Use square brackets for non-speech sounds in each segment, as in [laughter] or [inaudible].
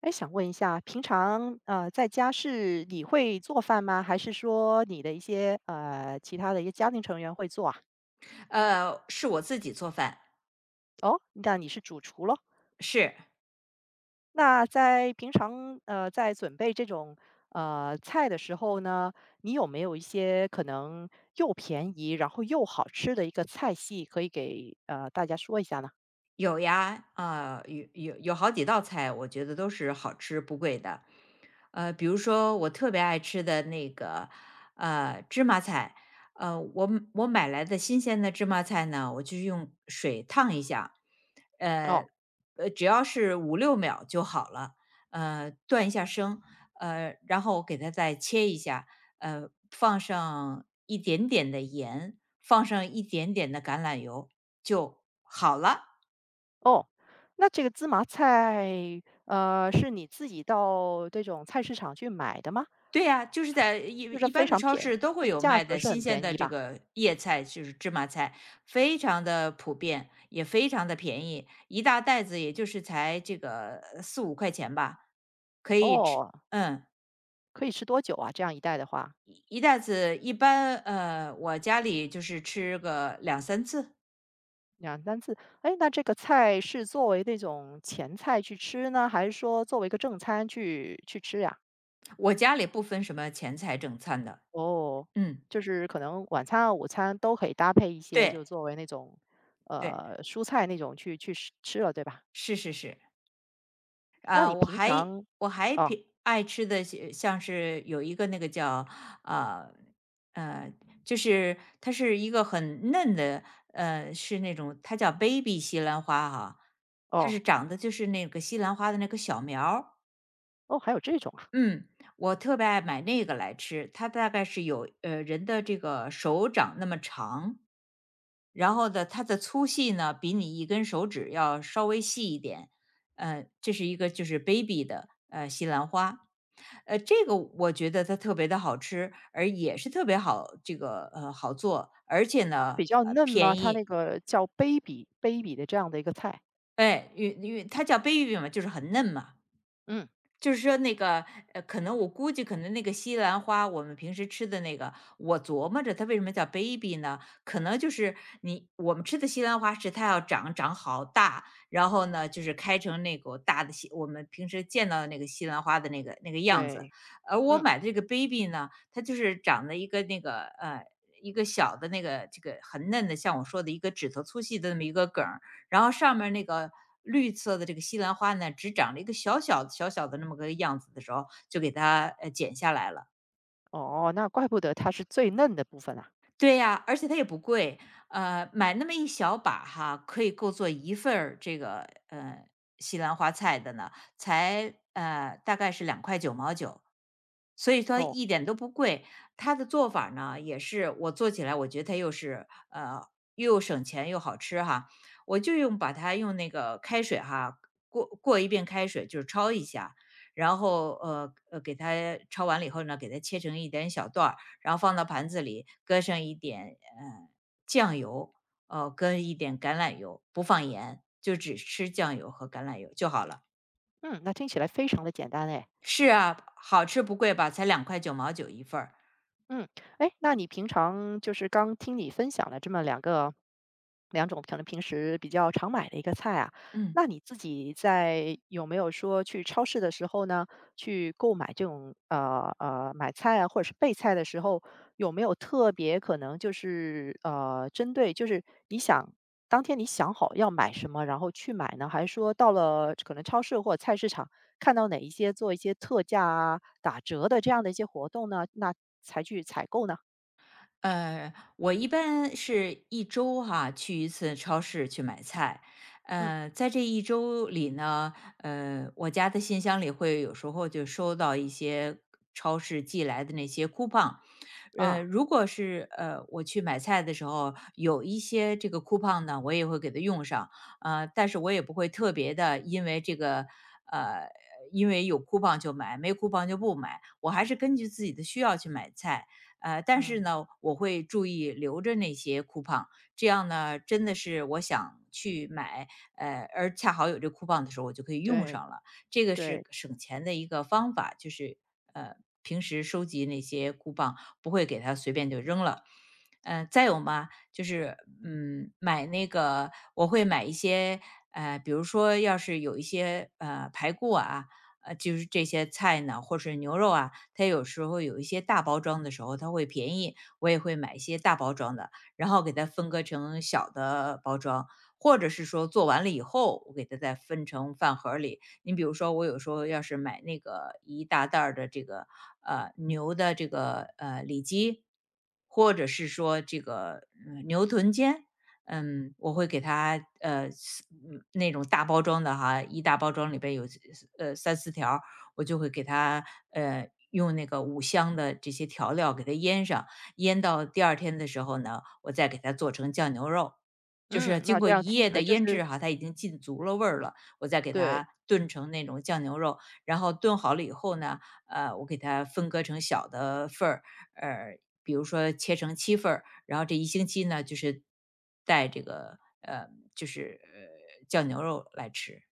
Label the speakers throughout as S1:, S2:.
S1: 哎，想问一下，平常在家是你会做饭吗？还是说你的一些其他的一些家庭成员会做啊？
S2: 是我自己做饭，
S1: 哦，那你是主厨咯。
S2: 是。
S1: 那在平常在准备这种菜的时候呢，你有没有一些可能又便宜然后又好吃的一个菜系可以给大家说一下呢？
S2: 有呀，有好几道菜，我觉得都是好吃不贵的。比如说我特别爱吃的那个芝麻菜，我买来的新鲜的芝麻菜呢，我就用水烫一下，
S1: 哦
S2: 呃只要是五六秒就好了，断一下生，然后我给它再切一下，放上一点点的盐，放上一点点的橄榄油就好了。
S1: 哦，那这个芝麻菜是你自己到这种菜市场去买的吗？
S2: 对呀，就是在一
S1: 就是
S2: 一
S1: 非
S2: 般的
S1: 常
S2: 超
S1: 便宜，
S2: 市都会
S1: 就
S2: 有
S1: 价
S2: 卖
S1: 格
S2: 的
S1: 是很
S2: 新鲜
S1: 便
S2: 的
S1: 宜
S2: 这
S1: 吧？
S2: 个叶菜，就是芝麻菜，非常的普遍，也非常的便宜，一大袋子也就是才这个四五块钱吧，可以吃。
S1: 哦，
S2: 嗯，
S1: 可以吃多久啊？这样一袋的话
S2: 一袋子一般，我家里就是吃个两三次。
S1: 两三次。哎，那这个菜是作为那种前菜去吃呢，还是说作为一个正餐去吃呀？
S2: 我家里不分什么前菜正餐的，
S1: 哦，
S2: 嗯，
S1: 就是可能晚餐啊、午餐都可以搭配一些，
S2: 对，
S1: 就作为那种，
S2: 对，
S1: 呃，蔬菜那种去吃了，对吧？
S2: 是是是。
S1: 那
S2: 啊，
S1: 你
S2: 我
S1: 平
S2: 还
S1: 常
S2: 我还
S1: 哦，
S2: 偏爱吃的是像是有一个那个叫啊呃，呃就是它是一个很嫩的，是那种它叫 baby 西兰花哈，它是
S1: 哦，
S2: 长得就是那个西兰花的那个小苗儿。
S1: 哦，还有这种啊，
S2: 嗯，我特别爱买那个来吃，它大概是有人的这个手掌那么长，然后呢，它的粗细呢比你一根手指要稍微细一点。这是一个就是 baby 的西兰花，这个我觉得它特别的好吃，而也是特别好这个好做，而且
S1: 那
S2: 呢
S1: 比较嫩吗？
S2: 便
S1: 它那
S2: 宜。
S1: 个叫 baby baby 的这样的一个菜，
S2: 哎，因为它叫 baby 嘛，就是很嫩嘛，
S1: 嗯，
S2: 就是说那个，可能我估计可能那个西兰花，我们平时吃的那个，我琢磨着它为什么叫 baby 呢？可能就是我们吃的西兰花是它要长长好大，然后呢，就是开成那个大的西，我们平时见到的那个西兰花的那个样子。
S1: 对，
S2: 而我
S1: 嗯。
S2: 买的这个 baby 呢，它就是长的一个那个一个小的那个这个很嫩的，像我说的一个指头粗细的那么一个梗儿。然后上面那个绿色的这个西兰花呢，只长了一个小小的小小的那么个样子的时候，就给它，剪下来了。
S1: 哦，那怪不得它是最嫩的部分啊。
S2: 对呀，而且它也不贵，买那么一小把哈，可以够做一份儿这个西兰花菜的呢，才大概是两块九毛九，所以说
S1: 哦，
S2: 一点都不贵。它的做法呢，也是我做起来，我觉得它又是又省钱又好吃哈。我就用把它用那个开水哈过一遍开水，就是焯一下，然后给它焯完了以后呢，给它切成一点小段儿。然后放到盘子里，搁上一点酱油，哦，搁一点橄榄油，不放盐，就只吃酱油和橄榄油就好了。
S1: 嗯，那听起来非常的简单哎。
S2: 是啊，好吃不贵吧？才两块九毛九一份儿。
S1: 嗯，哎，那你平常就是刚听你分享了这么两个两种可能平时比较常买的一个菜啊，
S2: 嗯。
S1: 那你自己在有没有说去超市的时候呢，去购买这种买菜啊，或者是备菜的时候，有没有特别可能就是针对就是你想当天你想好要买什么，然后去买呢？还是说到了可能超市或者菜市场看到哪一些做一些特价啊、打折的这样的一些活动呢，那才去采购呢？
S2: 我一般是一周哈、去一次超市去买菜。
S1: 嗯
S2: 在这一周里呢，我家的信箱里会有时候就收到一些超市寄来的那些 coupon。
S1: 啊，
S2: 如果是我去买菜的时候，有一些这个 coupon 呢，我也会给它用上。但是我也不会特别的，呃，因为有 coupon 就买，没 coupon 就不买。我还是根据自己的需要去买菜。但是
S1: 嗯，
S2: 呢，我会注意留着那些 c o 这样呢，真的是我想去买，而恰好有这 c o 的时候，我就可以用
S1: 对
S2: 上了。这个
S1: 对，
S2: 是省钱的一个方法，就是呃，平时收集那些 c 棒，不会给它随便就扔了。再有嘛，就是买那个我会买一些比如说要是有一些排骨啊，就是这些菜呢，或是牛肉啊，它有时候有一些大包装的时候，它会便宜，我也会买一些大包装的，然后给它分割成小的包装，或者是说做完了以后，我给它再分成饭盒儿里。你比如说，我有时候要是买那个一大袋儿的这个牛的这个里脊，或者是说这个、牛臀尖，我会给它，那种大包装的哈，一大包装里边有三四条儿，我就会给它用那个五香的这些调料给它腌上，腌到第二天的时候呢，我再给它做成酱牛肉，就是
S1: 嗯，
S2: 经
S1: 那这
S2: 过
S1: 样
S2: 一
S1: 听
S2: 夜
S1: 起来
S2: 的
S1: 就
S2: 腌
S1: 是
S2: 制哈，它已经浸足了味儿了，我再给
S1: 对。
S2: 它炖成那种酱牛肉，然后炖好了以后呢，我给它分割成小的份儿，呃，比如说切成七份儿，然后这一星期呢，就是带这个就是酱牛肉来吃。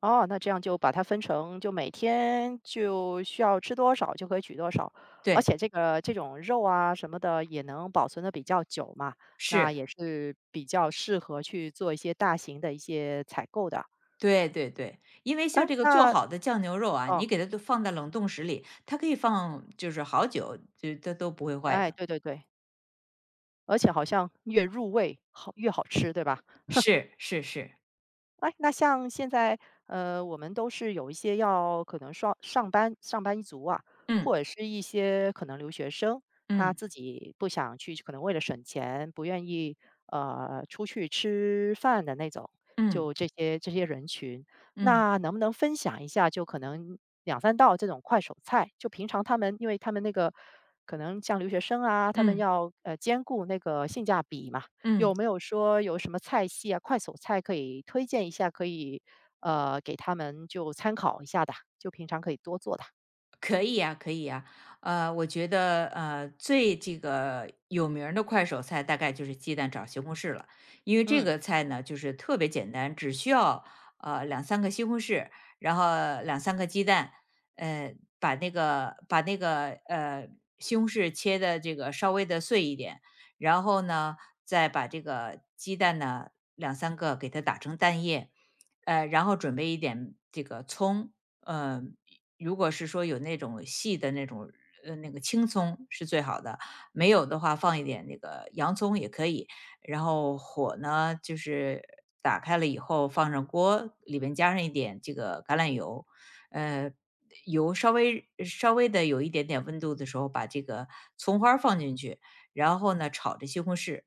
S1: 哦，那这样就把它分成，就每天就需要吃多少就可以取多少，而
S2: 对，
S1: 且这个这种肉啊什么的也能保存的比较久嘛，那
S2: 是，
S1: 也是比较适合去做一些大型的一些采购的。
S2: 对对对，因为
S1: 哎，
S2: 像这个做
S1: 那
S2: 好的酱牛肉啊，
S1: 哦，
S2: 你给它都放在冷冻室里，它可以放就是好久，就它都不会坏
S1: 哎，
S2: 的。
S1: 对对对，而且好像越入味好越好吃，对吧？
S2: 是是是，
S1: 哎，那像现在，呃，我们都是有一些要可能上班一族啊，
S2: 嗯
S1: 或者是一些可能留学生，他
S2: 嗯
S1: 自己不想去，可能为了省钱，不愿意出去吃饭的那种，
S2: 嗯
S1: 就这些人群，
S2: 嗯
S1: 那能不能分享一下，就可能两三道这种快手菜，就平常他们，因为他们那个可能像留学生啊，他们
S2: 嗯
S1: 要兼顾那个性价比嘛。
S2: 嗯。
S1: 有没有说有什么菜系啊，快手菜可以推荐一下，可以给他们就参考一下的，就平常可以多做的。
S2: 可以呀，可以呀。我觉得最这个有名儿的快手菜大概就是鸡蛋炒西红柿了，因为这
S1: 嗯，
S2: 个菜呢就是特别简单，只需要两三个西红柿，然后两三个鸡蛋，呃，把那个西红柿切的这个稍微的碎一点，然后呢再把这个鸡蛋呢两三个给它打成蛋液，然后准备一点这个葱，呃如果是说有那种细的那种那个青葱是最好的，没有的话放一点那个洋葱也可以。然后火呢，就是打开了以后放上锅，里边加上一点这个橄榄油，呃，油稍微稍微的有一点点温度的时候，把这个葱花儿放进去，然后呢炒这西红柿，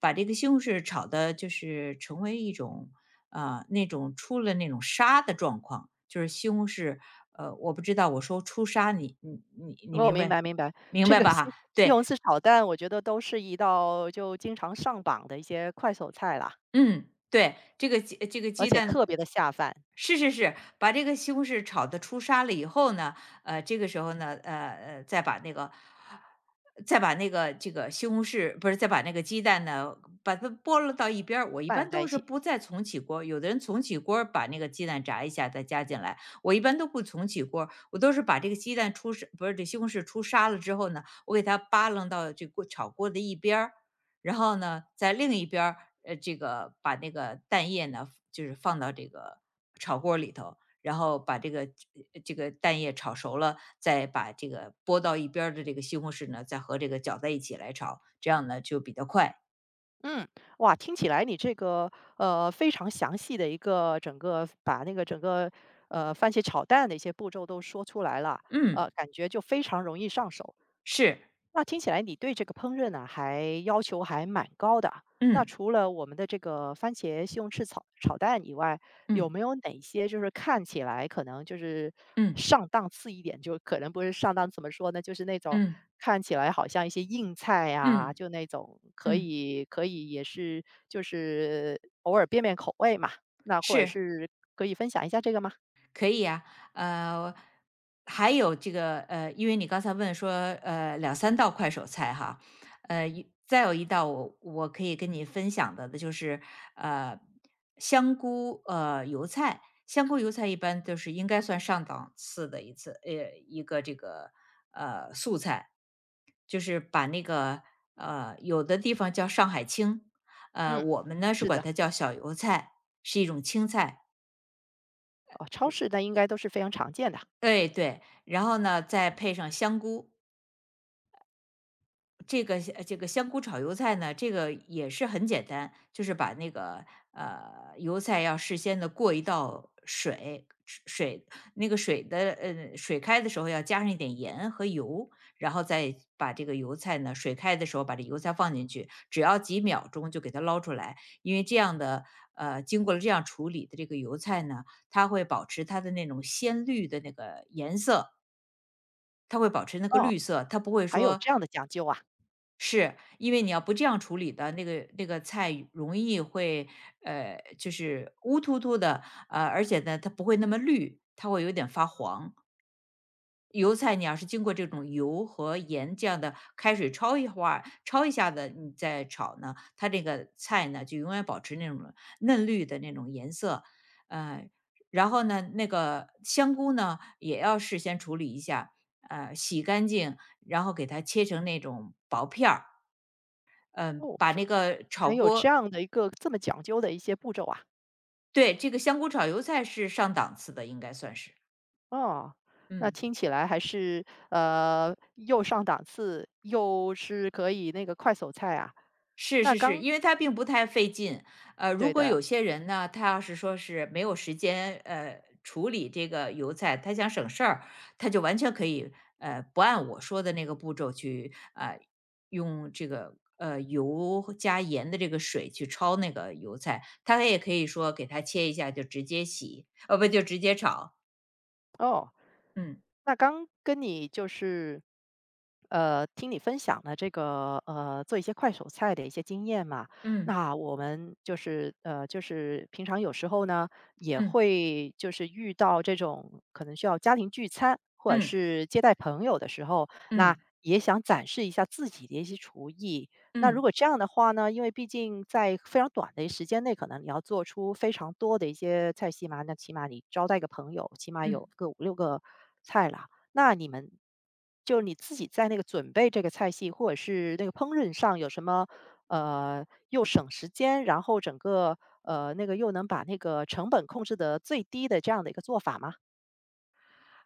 S2: 把这个西红柿炒的就是成为一种那种出了那种沙的状况，就是西红柿我不知道我说出沙，你
S1: 我
S2: 明
S1: 明白
S2: 白
S1: 明白，
S2: 明
S1: 这
S2: 白
S1: 个
S2: 吧哈？
S1: 西 [laughs] 西
S2: 对，
S1: 红柿炒蛋，我觉得都是一道就经常上榜的一些快手菜啦，
S2: 嗯，对，这个这个
S1: 而
S2: 鸡
S1: 且
S2: 蛋
S1: 特别的下饭，
S2: 是是是，把这个西红柿炒的出沙了以后呢，这个时候呢，再把那个这个西红柿不是，再把那个鸡蛋呢，把它拨了到一边儿，我一
S1: 拌
S2: 般
S1: 在一
S2: 都是
S1: 起。
S2: 不再重启锅儿，有的人重启锅儿把那个鸡蛋炸一下再加进来，我一般都不重启锅儿，我都是把这个鸡蛋出沙，不是，这西红柿出沙了之后呢，我给它扒楞到这锅炒锅的一边儿。然后呢，在另一边儿，这个把那个蛋液呢，就是放到这个炒锅里头，然后把这个蛋液炒熟了，再把这个拨到一边儿的这个西红柿呢，再和这个搅在一起来炒，这样呢就比较快。
S1: 嗯，哇，听起来你这个非常详细的一个整个把那个整个番茄炒蛋的一些步骤都说出来了，
S2: 嗯，
S1: 呃，感觉就非常容易上手。
S2: 是，
S1: 那听起来你对这个烹饪呢，还要求还蛮高的。那
S2: 嗯
S1: 除了我们的这个番茄西红柿炒蛋以外，有
S2: 嗯
S1: 没有哪些就是看起来可能就是
S2: 嗯
S1: 上档次一点，就可能不是上档，怎么说呢？就是那种
S2: 嗯
S1: 看起来好像一些硬菜
S2: 嗯
S1: 呀、
S2: 嗯
S1: 就那种可
S2: 嗯，
S1: 以可以也是就是偶尔变变口味嘛。那或者
S2: 是。
S1: 是可以分享一下这个吗？
S2: 可以呀，呃，还有这个因为你刚才问说，两三道快手菜哈，再有一道我可以跟你分享的，就是呃，香菇油菜，香菇油菜一般都是应该算上档次的一个这个素菜，就是把那个有的地方叫上海青，
S1: 嗯，
S2: 我们呢是
S1: 是
S2: 管
S1: 的，
S2: 它叫小油菜，是一种青菜。
S1: 哦，超市那应该都是非常常见的。
S2: 对对，然后呢，再配上香菇，这个这个香菇炒油菜呢，这个也是很简单，就是把那个油菜要事先的过一道水，水那个水的水开的时候要加上一点盐和油，然后再把这个油菜呢水开的时候把这油菜放进去，只要几秒钟就给它捞出来，因为这样的经过了这样处理的这个油菜呢，它会保持它的那种鲜绿的那个颜色，它会保持那个
S1: 哦，
S2: 绿色，它不会
S1: 还有
S2: 说
S1: 这样的讲究啊，
S2: 是因为你要不这样处理的那个菜容易会就是乌突突的，而且呢它不会那么绿，它会有点发黄。油菜你要是经过这种油和盐这样的开水焯一会儿，焯一下子你再炒呢，它这个菜呢就永远保持那种嫩绿的那种颜色。呃，然后呢，那个香菇呢也要事先处理一下，洗干净，然后给它切成那种薄片儿。嗯、
S1: 哦。
S2: 把那个炒
S1: 还有这
S2: 锅
S1: 样的一个这么讲究的一些步骤啊，
S2: 对这个香菇炒油菜是上档次的，应该算是
S1: 哦，那
S2: 嗯。
S1: 听起来还是又上档次，又是可以那个快手菜啊。
S2: 是
S1: 那
S2: 是是，
S1: 刚
S2: 因为它并不太费劲。
S1: 对
S2: 如果
S1: 的，
S2: 有些人呢，他要是说是没有时间，处理这个油菜，他想省事儿，他就完全可以，不按我说的那个步骤去，用这个油和加盐的这个水去焯那个油菜，他也可以说给它切一下就直接洗，不就直接炒。
S1: 哦，那刚跟你就是，呃，听你分享了这个做一些快手菜的一些经验嘛，
S2: 嗯
S1: 那我们就是就是平常有时候呢也
S2: 嗯
S1: 会就是遇到这种可能需要家庭聚餐或者
S2: 嗯
S1: 是接待朋友的时候，
S2: 嗯
S1: 那
S2: 嗯
S1: 也想展示一下自己的一些厨艺，那如
S2: 嗯
S1: 果
S2: 嗯
S1: 这样的话呢，因为毕竟在非常短的时间内，可能你要做出非常多的一些菜系嘛，那起码你招待个朋友，起码
S2: 嗯。
S1: 有个五六个菜啦。那你们就你自己在那个准备这个菜系，或者是那个烹饪上有什么又省时间，然后整个那个又能把那个成本控制得最低的这样的一个做法吗？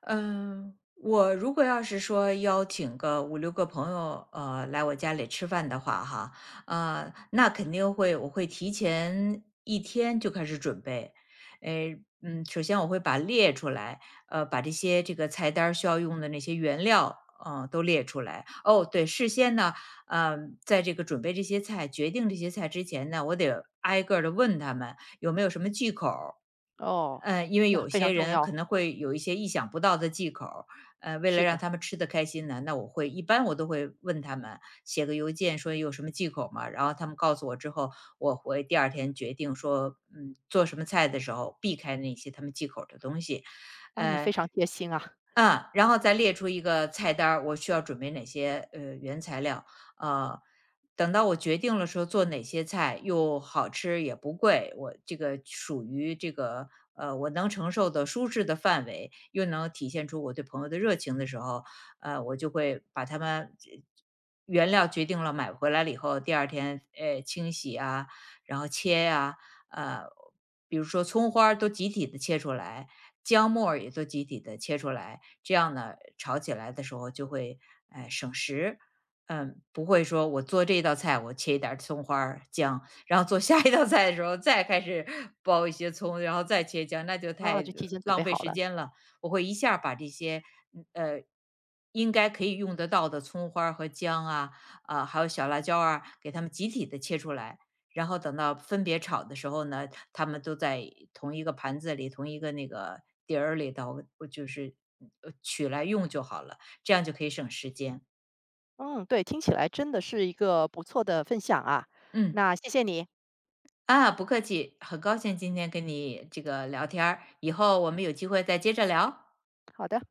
S2: 嗯，我如果要是说邀请个五六个朋友，来我家里吃饭的话哈，那肯定我会提前一天就开始准备。诶，嗯，首先我会把列出来，把这些这个菜单儿需要用的那些原料，嗯，都列出来。哦，对，事先呢，呃，在这个准备这些菜决定这些菜之前呢，我得挨个的问他们，有没有什么忌口儿？
S1: 哦，
S2: 因为
S1: 那
S2: 有
S1: 非
S2: 些
S1: 常重
S2: 人
S1: 要，
S2: 可能会有一些意想不到的忌口儿为了
S1: 是
S2: 让
S1: 的，
S2: 他们吃得开心呢，那一般我都会问他们写个邮件说有什么忌口吗？然后他们告诉我之后，我会第二天决定说，嗯，做什么菜的时候避开那些他们忌口儿的东西。
S1: 啊，你非
S2: 呃，
S1: 常贴心啊，
S2: 嗯，然后再列出一个菜单儿，我需要准备哪些原材料，呃，等到我决定了说做哪些菜又好吃也不贵，我这个属于这个我能承受的舒适的范围，又能体现出我对朋友的热情的时候，我就会把它们这原料决定了买回来了以后，第二天清洗啊，然后切呀、呃，比如说葱花儿都集体的切出来，姜末儿也都集体的切出来，这样呢，炒起来的时候就会，省时。嗯，不会说我做这道菜，我切一点儿葱花儿姜，然后做下一道菜的时候再开始包一些葱，然后再切姜，那就
S1: 啊，
S2: 太
S1: 就提前准
S2: 浪
S1: 备
S2: 费
S1: 好
S2: 时
S1: 了。
S2: 间了。我会一下儿把这些，嗯呃，应该可以用得到的葱花儿和姜啊，啊，还有小辣椒啊，给它们集体的切出来，然后等到分别炒的时候呢，他们都在同一个盘子里、同一个那个碟儿里头，我就是取来用就好了，这样就可以省时间。
S1: 嗯，对，听起来真的是一个不错的分享啊，
S2: 嗯，
S1: 那谢谢你，
S2: 啊，不客气，很高兴今天跟你这个聊天儿，以后我们有机会再接着聊。
S1: 好的。